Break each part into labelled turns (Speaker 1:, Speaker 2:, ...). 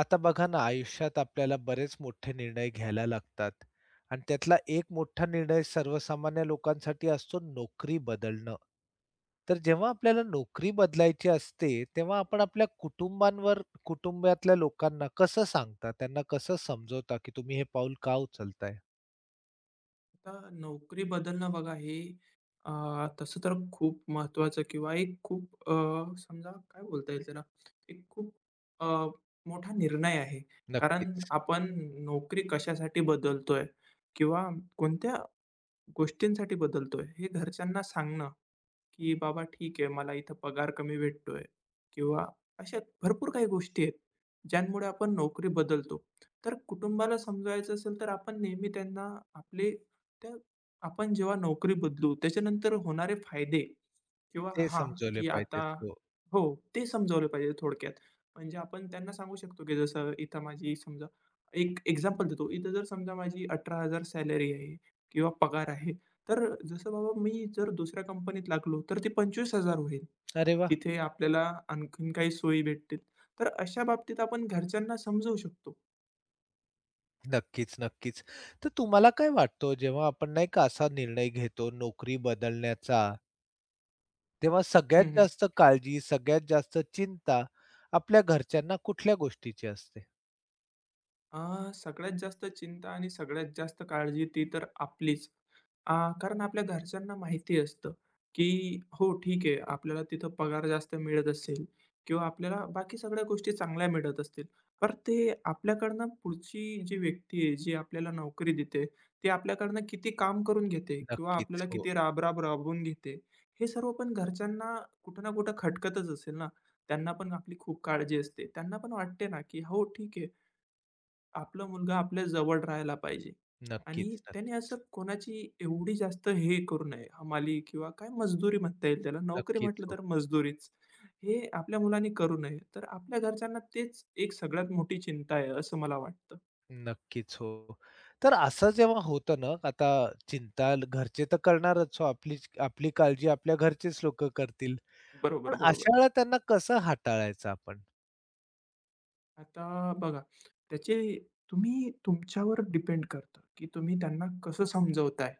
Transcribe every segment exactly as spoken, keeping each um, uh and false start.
Speaker 1: आता बघा ना, आयुष्यात आपल्याला बरेच मोठे निर्णय घ्यायला लागतात आणि त्यातला एक मोठा निर्णय सर्वसामान्य लोकांसाठी असतो नोकरी बदलणं. तर जेव्हा आपल्याला नोकरी बदलायची असते, तेव्हा आपण आपल्या कुटुंबांवर कुटुंबातल्या लोकांना कसं सांगता? त्यांना कसं समजवता, की तुम्ही हे पाऊल का उचलताय?
Speaker 2: आता नोकरी बदलणं बघा हे अ, तसं तर खूप महत्त्वाचं किंवा एक खूप अ, समजा काय बोलता येईल त्याला एक खूप अ, मोठा निर्णय आहे. कारण
Speaker 1: नक्कीच.
Speaker 2: आपण नोकरी कशासाठी बदलतोय किंवा कोणत्या गोष्टींसाठी बदलतोय हे घरच्यांना सांगणं की बाबा ठीक आहे, मला इथं पगार कमी भेटतोय किंवा अशा भरपूर काही गोष्टी आहेत, ज्यांमुळे आपण नोकरी बदलतो. तर कुटुंबाला समजवायचं असेल तर आपण नेहमी त्यांना आपले त्या आपण जेव्हा नोकरी बदलू त्याच्यानंतर होणारे फायदे किंवा
Speaker 1: ते
Speaker 2: हां,
Speaker 1: समजवले
Speaker 2: की आता
Speaker 1: पाहिजेत. हो.
Speaker 2: हो, ते समजावलं पाहिजे थोडक्यात. म्हणजे आपण त्यांना सांगू शकतो, की जसं इथं माझी समजा एक एक्झाम्पल देतो. इथं जर समजा माझी अठरा हजार सॅलरी आहे किंवा पगार आहे. तर जसं बाबा मी जर दुसऱ्या कंपनीत लागलो, तर ते पंचवीस हजार होईल.
Speaker 1: अरे वाह!
Speaker 2: तिथे आपल्याला आणखीन काही सोयी भेटतील. तर अशा बाबतीत आपण घरच्यांना समजवू शकतो.
Speaker 1: नक्कीच, नक्कीच. तर तुम्हाला काय वाटतं, जेव्हा आपण नाही का असा निर्णय घेतो नोकरी बदलण्याचा, तेव्हा सगळ्यात
Speaker 2: हं, हं.
Speaker 1: जास्त काळजी, सगळ्यात जास्त चिंता आपल्या घरच्यांना कुठल्या गोष्टीची असते?
Speaker 2: अ, सगळ्यात जास्त चिंता आणि सगळ्यात जास्त काळजी ती तर आपलीच. आ, कारण आपल्या घरच्यांना माहिती असतं, की हो ठीक आहे, आपल्याला तिथं पगार जास्त मिळत असेल किंवा आपल्याला बाकी सगळ्या गोष्टी चांगल्या मिळत असतील. पर ते आपल्याकडनं पुढची जी व्यक्ती आहे, जी आपल्याला नोकरी देते, ती आपल्याकडनं किती काम करून घेते किंवा आपल्याला
Speaker 1: नक्कीच. हो.
Speaker 2: किती राबराब राबवून घेते, हे सर्व पण घरच्यांना कुठं ना कुठं खटकतच असेल ना. त्यांना पण आपली खूप काळजी असते. त्यांना पण वाटते ना, की हो ठीक आहे, आपला मुलगा आपल्या जवळ राहायला पाहिजे आणि
Speaker 1: नक्कीच,
Speaker 2: त्याने असं
Speaker 1: नक्कीच.
Speaker 2: कोणाची एवढी जास्त हे करू नये, हमाली किंवा काय मजदुरी म्हणता येईल त्याला, नोकरी
Speaker 1: नक्कीच.
Speaker 2: म्हटलं
Speaker 1: हो.
Speaker 2: तर मजदुरीच. हे आपल्या मुलांनी करू नये. तर आपल्या घरच्यांना तेच एक सगळ्यात मोठी चिंता आहे, असं मला वाटतं.
Speaker 1: नक्कीच. हो. तर असं जेव्हा होतं ना, आता चिंता ल- घरचे तर करणारच हो. आपली आपली काळजी आपल्या घरचेच लोकं करतील.
Speaker 2: बरोबर,
Speaker 1: पण
Speaker 2: बरोबर.
Speaker 1: अशा वेळेला त्यांना कसं हाताळायचं आपण?
Speaker 2: आता बघा, त्याचे तुम्ही तुमच्यावर डिपेंड करतं, की तुम्ही त्यांना कसं समजवताय.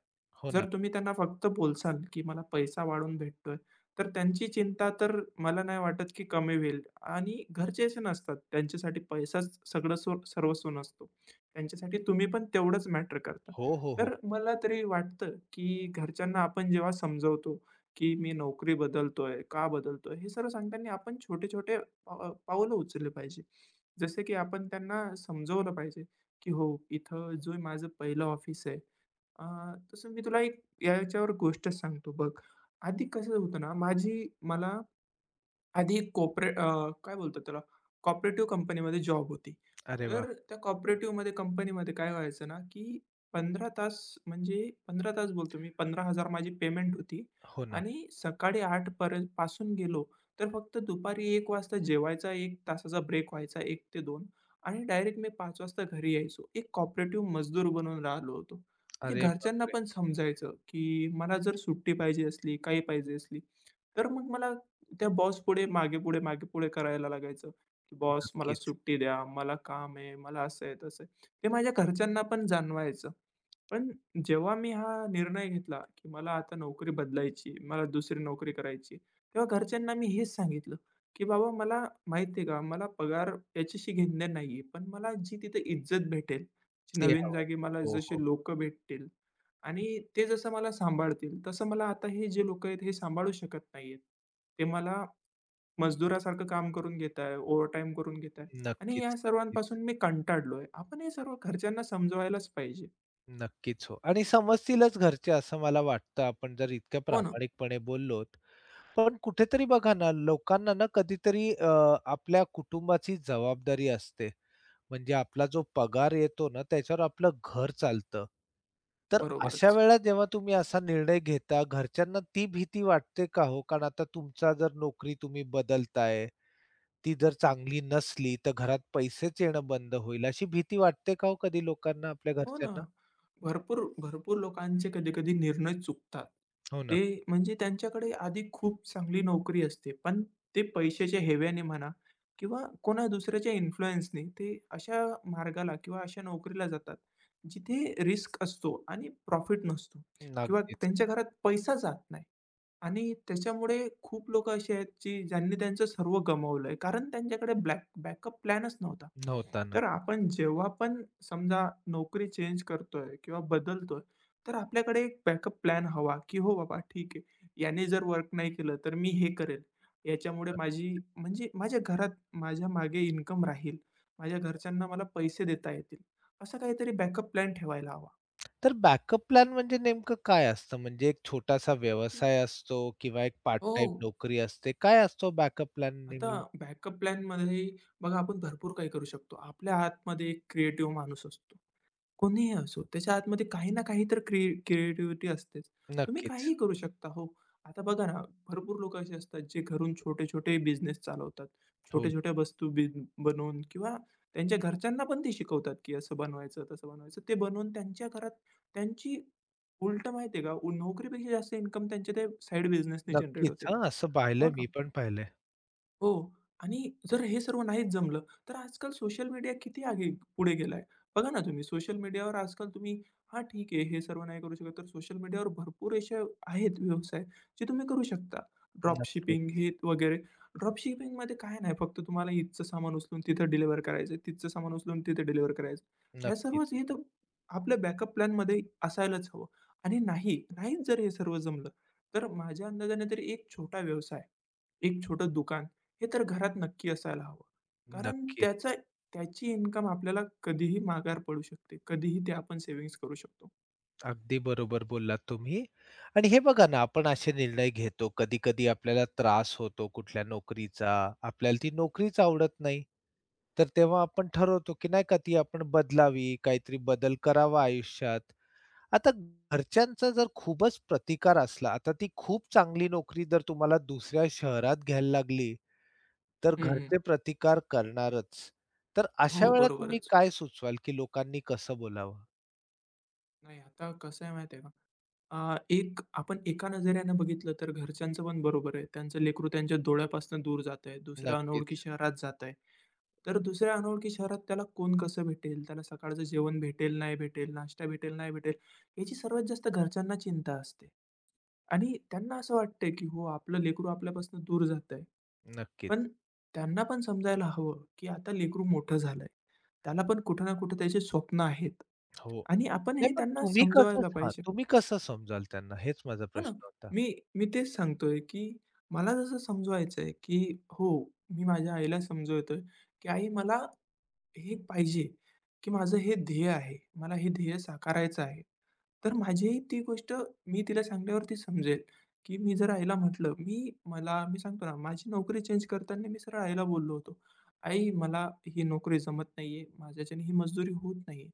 Speaker 1: हो
Speaker 2: जर
Speaker 1: ना.
Speaker 2: तुम्ही त्यांना फक्त बोलसाल, की मला पैसा वाढून भेटतोय, तर त्यांची चिंता तर मला नाही वाटत, की कमी होईल आणि घरचे असे नसतात. त्यांच्यासाठी पैसाच सगळं स्व सर्वस्व नसतो. त्यांच्यासाठी तुम्ही पण तेवढंच मॅटर करता.
Speaker 1: हो, हो, हो.
Speaker 2: तर मला तरी वाटतं, की घरच्यांना आपण जेव्हा समजवतो, की मी नोकरी बदलतोय, का बदलतोय? हे सर्व सांगताना आपण छोटे-छोटे पाव पावलं उचलली पाहिजे. जसं की आपण त्यांना समजवलं पाहिजे, की "हो, इथं जो माझं पहिलं ऑफिस आहे" अ, तसं मी तुला एक याच्यावर गोष्ट सांगतो बघ. आधी कसं होतं ना, माझी मला आधी एक कॉर्पोरे अ, काय बोलतात त्याला, कॉपरेटिव्ह कंपनीमध्ये जॉब होती.
Speaker 1: अरे वाह!
Speaker 2: तर त्या कॉपरेटिव्हमध्ये कंपनीमध्ये काय व्हायचं ना, की पंधरा तास म्हणजे पंधरा तास बोलतो मी पंधरा हजार माझी पेमेंट होती
Speaker 1: हो ना.
Speaker 2: आणि सकाळी आठ पर्यंत पासून गेलो, तर फक्त दुपारी एक वाजता जेवायचा एक तासाचा ब्रेक व्हायचा एक ते दोन आणि डायरेक्ट मी पाच वाजता घरी यायचो. एक कॉपरेटिव्ह मजदूर बनून राहिलो होतो. म्हणजे
Speaker 1: अरे
Speaker 2: घरच्यांना
Speaker 1: बापरे!
Speaker 2: पण समजायचं, की मला जर सुट्टी पाहिजे असली, काही पाहिजे असली, तर मग मला त्या बॉस पुढे मागे-पुढे, मागे-पुढे करायला लागायचं, की "बॉस मला
Speaker 1: नक्कीच.
Speaker 2: सुट्टी द्या, मला काम आहे, मला असं आहे, तसं आहे." ते माझ्या घरच्यांना पण जाणवायचं. पण जेव्हा मी हा निर्णय घेतला, की मला आता नोकरी बदलायची, मला दुसरी नोकरी करायची, तेव्हा घरच्यांना मी हेच सांगितलं, की "बाबा मला माहिती आहे का, मला पगार याच्याशी घेणं नाही पण मला जी तिथे इज्जत भेटेल, जी
Speaker 1: ते
Speaker 2: नवीन
Speaker 1: हवंय.
Speaker 2: जागी मला
Speaker 1: हो,
Speaker 2: जशी
Speaker 1: हो.
Speaker 2: लोकं भेटतील आणि ते जसं मला सांभाळतील, तसं मला आता हे जे लोकं आहेत हे सांभाळू शकत नाही ते मला मजदुरासारखं काम करून घेताय, ओव्हरटाईम करून घेताय आणि या
Speaker 1: नक्कीच, नक्कीच.
Speaker 2: सर्वांपासून मी कंटाळलोय. आपण हे सर्व घरच्यांना समजवायलाच पाहिजे.
Speaker 1: नक्कीच हो. आणि समजतीलच घरचे असं मला वाटतं, आपण जर इतक्या
Speaker 2: हो ना.
Speaker 1: प्रामाणिकपणे बोललोत. पण कुठेतरी बघा ना, लोकांना ना कधीतरी अ, आपल्या कुटुंबाची जबाबदारी असते. म्हणजे आपला जो पगार येतो ना, त्याच्यावर आपलं घर चालतं. तर अशा
Speaker 2: बरोबरच.
Speaker 1: वेळेला जेव्हा तुम्ही असा निर्णय घेता, घरच्यांना ती भीती वाटते का हो? कारण आता तुमचा जर नोकरी तुम्ही बदलताय, ती जर चांगली नसली, तर घरात पैसेच येणं बंद होईल, अशी भीती वाटते का हो कधी लोकांना, आपल्या
Speaker 2: हो ना.
Speaker 1: घरच्यांना?
Speaker 2: भरपूर भरपूर लोकांचे कधी-कधी निर्णय चुकतात.
Speaker 1: हो ना.
Speaker 2: ते म्हणजे त्यांच्याकडे आधी खूप चांगली नोकरी असते, पण ते पैशाच्या हेव्याने म्हणा किंवा कोणा दुसऱ्याच्या इन्फ्लुअन्सनी ते अशा मार्गाला किंवा अशा नोकरीला जातात, जिथे रिस्क असतो आणि प्रॉफिट नसतो किंवा
Speaker 1: नगदीच.
Speaker 2: त्यांच्या घरात पैसा जात नाही. आणि त्याच्यामुळे खूप लोकं अशी आहेत, की ज्यांनी त्यांचं सर्व गमावलंय, कारण त्यांच्याकडे ब्लॅक बॅकअप प्लॅनच नव्हता.
Speaker 1: नव्हता ना.
Speaker 2: तर आपण जेव्हा पण समजा नोकरी चेंज करतोय किंवा बदलतोय, तर आपल्याकडे एक बॅकअप प्लॅन हवा, की हो बाबा ठीक आहे, याने जर वर्क नाही केलं, तर मी हे करेल. याच्यामुळे माझी म्हणजे माझ्या घरात माझ्या मागे इन्कम राहील. माझ्या घरच्यांना मला पैसे देता येतील. असा काहीतरी बॅकअप प्लॅन ठेवायला हवा.
Speaker 1: तर बॅकअप प्लॅन म्हणजे नेमकं काय असतं? म्हणजे एक छोटासा
Speaker 2: म्हणजे
Speaker 1: व्यवसाय असतो किंवा एक पार्ट
Speaker 2: हो.
Speaker 1: टाइम नोकरी असते. काय असतो बॅकअप प्लॅन
Speaker 2: आता
Speaker 1: नेहमी?
Speaker 2: बॅकअप प्लॅनमध्ये बघा आपण भरपूर काही करू शकतो. आपल्या आतमध्ये एक क्रिएटिव्ह माणूस असतो. कोणीही असो, त्याच्या आतमध्ये काही ना काही तर क्रि क्रिएटिव्हिटी असतेच. तुम्ही
Speaker 1: नक्कीच.
Speaker 2: काहीही करू शकता हो. आता बघा ना, भरपूर लोकं असे असतात जे घरून छोटे-छोटे बिझनेस चालवतात.
Speaker 1: हो,
Speaker 2: छोट्या-छोट्या वस्तू बि बनवून किंवा त्यांच्या घरच्यांना पण ते शिकवतात, की असं बनवायचं, तसं बनवायचं. ते बनवून त्यांच्या घरात त्यांची उलटं माहिती आहे का, उ- नोकरीपेक्षा जास्त इन्कम त्यांच्या त्या साइड बिझनेसने जनरेट
Speaker 1: नक्कीच.
Speaker 2: होते.
Speaker 1: हां, असं
Speaker 2: हो
Speaker 1: पाहिलंय,
Speaker 2: ना?
Speaker 1: मी पण पाहिलंय.
Speaker 2: हो आणि जर हे सर्व नाहीच जमलं, तर आजकाल सोशल मीडिया किती आगे पुढे गेलाय. बघा ना तुम्ही सोशल मीडियावर आजकाल तुम्ही हां, ठीक आहे, हे सर्व नाही करू शकत, तर सोशल मीडियावर भरपूर असे आहेत व्यवसाय जे तुम्ही करू शकता. ड्रॉपशिपिंग
Speaker 1: नक्कीच,
Speaker 2: हे वगैरे. ड्रॉपशिपिंगमध्ये काय नाही, फक्त तुम्हाला इथचं सामान उचलून तिथं डिलिव्हर करायचं तिथचं सामान उचलून तिथे डिलिव्हर करायचं. ह्या
Speaker 1: नक्कीच,
Speaker 2: सर्वच हे तर आपल्या बॅकअप प्लॅनमध्ये असायलाच हवं आणि नाही, नाहीच जर हे सर्व जमलं, तर माझ्या अंदाजाने तरी एक छोटा व्यवसाय, एक छोटं दुकान हे तर घरात नक्की असायला हवं. कारण
Speaker 1: नक्कीच.
Speaker 2: त्याचा त्याची इन्कम आपल्याला कधीही मागार पडू शकते. कधीही ते आपण सेव्हिंग्ज करू शकतो.
Speaker 1: अगदी बरोबर बोललात तुम्ही. आणि हे बघा ना, आपण असे निर्णय घेतो. कधी-कधी आपल्याला त्रास होतो कुठल्या नोकरीचा, आपल्याला ती नोकरीच आवडत नाही. तर तेव्हा आपण ठरवतो, की नाही का ती आपण बदलावी, काहीतरी बदल करावा आयुष्यात. आता घरच्यांचा जर खूपच प्रतिकार असला, आता ती खूप चांगली नोकरी जर तुम्हाला दुसऱ्या शहरात घ्यायला लागली, तर
Speaker 2: हं, हं.
Speaker 1: घरचे प्रतिकार करणारच. तर अशा
Speaker 2: हो,
Speaker 1: हो. तुम्ही
Speaker 2: बरोबरच.
Speaker 1: काय सुचवाल, की लोकांनी कसं बोलावं?
Speaker 2: नाही, आता कसं आहे माहिती आहे का? अ, एक आपण एका नजरेनं बघितलं तर घरच्यांचं पण बरोबर आहे. त्यांचं लेकरू त्यांच्या डोळ्यापासून दूर जात आहे. दुसऱ्या अनोळखी
Speaker 1: नक्कीच,
Speaker 2: शहरात जात आहे. तर दुसऱ्या अनोळखी शहरात त्याला कोण कसं भेटेल? त्याला सकाळचं जेवण भेटेल, नाही भेटेल, नाश्ता भेटेल, नाही भेटेल, याची सर्वात जास्त घरच्यांना चिंता असते. आणि त्यांना असं वाटतंय, की हो आपलं लेकरू आपल्यापासून दूर जात आहे.
Speaker 1: नक्कीच.
Speaker 2: पण त्यांना पण समजायला हवं, की आता लेकरू मोठं झालंय. त्याला पण कुठे ना कुठे त्याचे स्वप्न आहेत.
Speaker 1: हो.
Speaker 2: आणि आपण हे
Speaker 1: नाही पण
Speaker 2: त्यांना
Speaker 1: तुम्ही कसं,
Speaker 2: समजवायला
Speaker 1: हां,
Speaker 2: पाहिजे.
Speaker 1: तुम्ही कसं समजाल त्यांना हेच माझा
Speaker 2: हो ना.
Speaker 1: प्रश्न होता.
Speaker 2: मी मी तेच सांगतोय, की मला जसं समजवायचंय, की हो, मी माझ्या आईला समजवतोय, की "आई मला हे पाहिजे, की माझं हे ध्येय आहे. मला हे ध्येय साकारायचं आहे." तर माझी आई ती गोष्ट मी तिला सांगल्यावर ती समजेल, की मी जर आईला म्हटलं, मी मला मी सांगतो ना, माझी नोकरी चेंज करताना मी सरळ आईला बोललो होतो, "आई मला ही नोकरी जमत नाहीये. माझ्याच्याने ही मजदुरी होत नाहीये.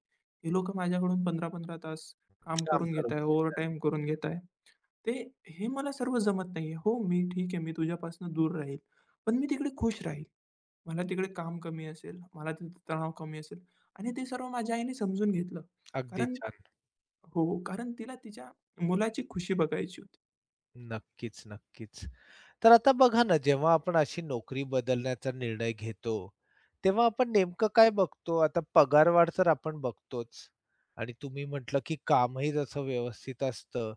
Speaker 2: हे लोकं माझ्याकडून पंधरा पंधरा तास काम
Speaker 1: काम
Speaker 2: करून
Speaker 1: करून.
Speaker 2: घेताय, ओव्हरटाईम करून घेताय." ते हे मला सर्व जमत नाहीये. हो, मी ठीक आहे, मी तुझ्यापासून दूर राहील, पण मी तिकडे खुश राहील. मला तिकडे काम कमी असेल, मला तिथे तणाव कमी असेल आणि ते सर्व माझ्या आईने समजून घेतलं.
Speaker 1: अगदी
Speaker 2: कारण
Speaker 1: छान.
Speaker 2: हो, कारण तिला तिच्या मुलाची खुशी बघायची होती.
Speaker 1: नक्कीच, नक्कीच. तर आता बघा ना, जेव्हा आपण अशी नोकरी बदलण्याचा निर्णय घेतो, तेव्हा आपण नेमकं काय बघतो? आता पगारवाढ तर आपण बघतोच आणि तुम्ही म्हटलं, की कामही जसं व्यवस्थित असतं,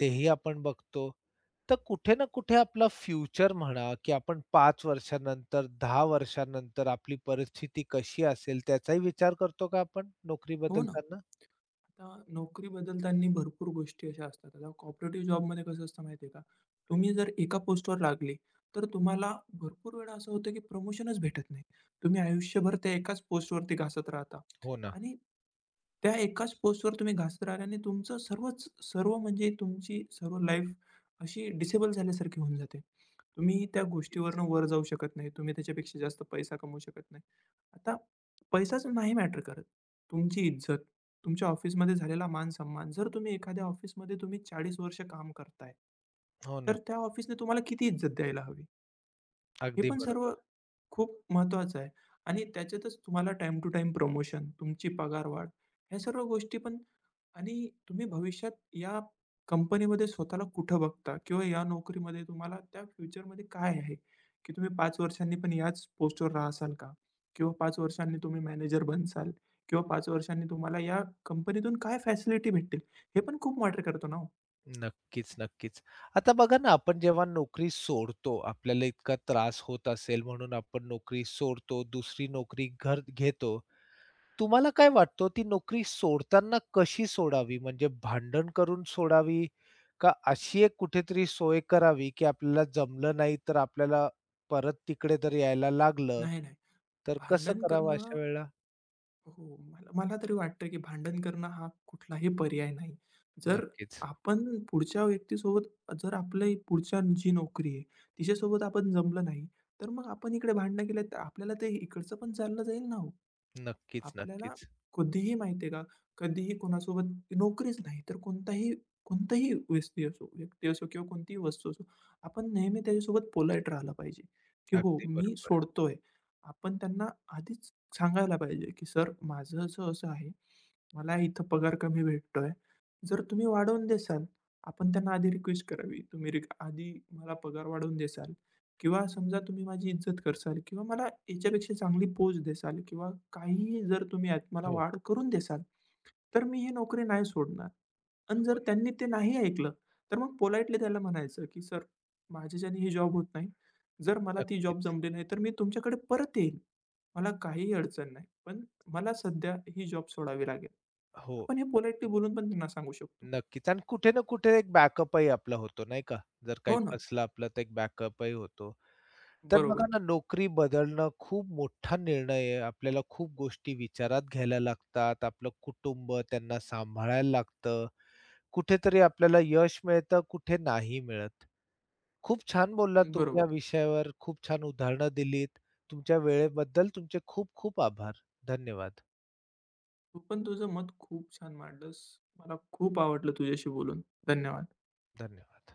Speaker 1: तेही आपण बघतो. तर कुठे ना कुठे आपला फ्युचर म्हणा, की आपण पाच वर्षानंतर, दहा वर्षानंतर आपली परिस्थिती कशी असेल त्याचाही विचार करतो का आपण नोकरी
Speaker 2: हो ना?
Speaker 1: बदलताना?
Speaker 2: आता नोकरी बदलताना भरपूर गोष्टी अशा असतात. आता कॉर्पोरेटिव्ह जॉबमध्ये कसं असतं माहिती आहे का? तुम्ही जर एका पोस्टवर लागले, तर तुम्हाला भरपूर वेळा असं होतं की प्रमोशनच भेटत नाही. तुम्ही आयुष्यभर त्या एकाच पोस्टवरती घासत राहता
Speaker 1: हो ना.
Speaker 2: आणि त्या एकाच पोस्टवर तुम्ही घासत राहिल्याने तुमचं सर्वच सर्व म्हणजे तुमची सर्व लाईफ अशी डिसेबल झाल्यासारखी होऊन जाते. तुम्ही त्या गोष्टीवरनं वर जाऊ शकत नाही. तुम्ही त्याच्यापेक्षा जास्त पैसा कमवू शकत नाही. आता पैसाच नाही मॅटर करत. तुमची इज्जत, तुमच्या ऑफिसमध्ये झालेला मान-सन्मान. जर तुम्ही एखाद्या ऑफिसमध्ये तुम्ही चाळीस वर्ष काम करताय,
Speaker 1: हो ना.
Speaker 2: तर त्या ऑफिसने तुम्हाला किती इज्जत द्यायला हवी? हे
Speaker 1: अगदी
Speaker 2: पण सर्व
Speaker 1: बरोबर.
Speaker 2: खूप महत्त्वाचं आहे आणि त्याच्यातच तुम्हाला टाईम टू टाईम प्रमोशन, तुमची पगारवाढ, ह्या सर्व गोष्टी पण आणि तुम्ही भविष्यात या कंपनीमध्ये स्वतःला कुठं बघता? किंवा या नोकरीमध्ये तुम्हाला त्या फ्युचरमध्ये काय आहे? की तुम्ही पाच वर्षांनी पण याच पोस्टवर राहसाल का? किंवा पाच वर्षांनी तुम्ही मॅनेजर बनसाल? किंवा पाच वर्षांनी तुम्हाला या कंपनीतून काय फॅसिलिटी भेटतील? हे पण खूप मॅटर करतो ना हो.
Speaker 1: नक्कीच, नक्कीच. आता बघा ना, आपण जेव्हा नोकरी सोडतो, आपल्याला इतका त्रास होत असेल म्हणून आपण नोकरी सोडतो, दुसरी नोकरी घर घेतो. तुम्हाला काय वाटतं ती नोकरी सोडताना कशी सोडावी? म्हणजे भांडण करून सोडावी? का अशी एक कुठेतरी सोय करावी, की आपल्याला जमलं नाही तर आपल्याला परत तिकडे तर यायला लागलं,
Speaker 2: नाही, नाही.
Speaker 1: तर कसं
Speaker 2: भांडण
Speaker 1: करावं
Speaker 2: करणं
Speaker 1: अशा वेळेला?
Speaker 2: हो, मला मला तरी वाटतं, की भांडण करणं हा कुठलाही पर्याय नाही. जर
Speaker 1: नक्कीच,
Speaker 2: आपण पुढच्या व्यक्तीसोबत जर आपली पुढच्या जी नोकरी आहे, तिच्यासोबत आपण जमलं नाही, तर मग आपण इकडे भांडणं केले, तर आपल्याला ते इकडचं पण चाललं जाईल ना हो.
Speaker 1: नक्कीच,
Speaker 2: आपल्याला
Speaker 1: नक्कीच.
Speaker 2: कधीही माहिती आहे का, कधीही कोणासोबत नोकरीच नाही तर कोणताही कोणताही व्यक्ती असो व्यक्ती असो किंवा कोणतीही वस्तू असो, आपण नेहमी त्याच्यासोबत पोलाईट राहिला पाहिजे, की हो
Speaker 1: अगदी
Speaker 2: मी
Speaker 1: बरोबर.
Speaker 2: सोडतोय. आपण त्यांना आधीच सांगायला पाहिजे, की "सर माझं असं-असं आहे. मला इथं पगार कमी भेटतोय. जर तुम्ही वाढवून द्याल" आपण त्यांना आधी रिक्वेस्ट करावी, "तुम्ही रिक आधी मला पगार वाढवून द्याल." किंवा समजा तुम्ही माझी इज्जत करसाल किंवा मला याच्यापेक्षा चांगली पोच देसाल किंवा काहीही जर तुम्ही यात मला
Speaker 1: हो,
Speaker 2: वाढ करून देसाल, तर मी ही नोकरी नाही सोडणार. आणि जर
Speaker 1: हो.
Speaker 2: त्यांनी ते नाही ऐकलं, तर मग पोलाइटली त्याला म्हणायचं, की "सर, माझ्याच्याने ही जॉब होत नाही. जर मला ती जॉब
Speaker 1: नक्कीच.
Speaker 2: जमली नाही, तर मी तुमच्याकडे परत येईल. मला काहीही अडचण नाही. पण मला सध्या ही जॉब सोडावी लागेल."
Speaker 1: हो,
Speaker 2: आपण हे पोलाइटली बोलून पण त्यांना सांगू शकतो.
Speaker 1: नक्कीच. आणि कुठे ना कुठे एक बॅकअपही आपला होतो नाही का? जर
Speaker 2: "हो
Speaker 1: काही
Speaker 2: ना.
Speaker 1: फसलं आपलं तर एक बॅकअपही होतो. तर बघा
Speaker 2: बरोबर,
Speaker 1: ना, नोकरी बदलणं खूप मोठा निर्णय आहे. आपल्याला खूप गोष्टी विचारात घ्यायला लागतात. आपलं कुटुंब त्यांना सांभाळायला लागतं. कुठेतरी आपल्याला यश मिळतं, कुठे नाही मिळत. खूप छान बोललात तुम्ही
Speaker 2: बरोबर."
Speaker 1: या विषयावर. खूप छान उदाहरणं दिलीत. तुमच्या वेळेबद्दल तुमचे खूप खूप आभार. धन्यवाद.
Speaker 2: तू पण तुझं मत खूप छान मांडलंस. मला खूप आवडलं तुझ्याशी बोलून. धन्यवाद.
Speaker 1: धन्यवाद.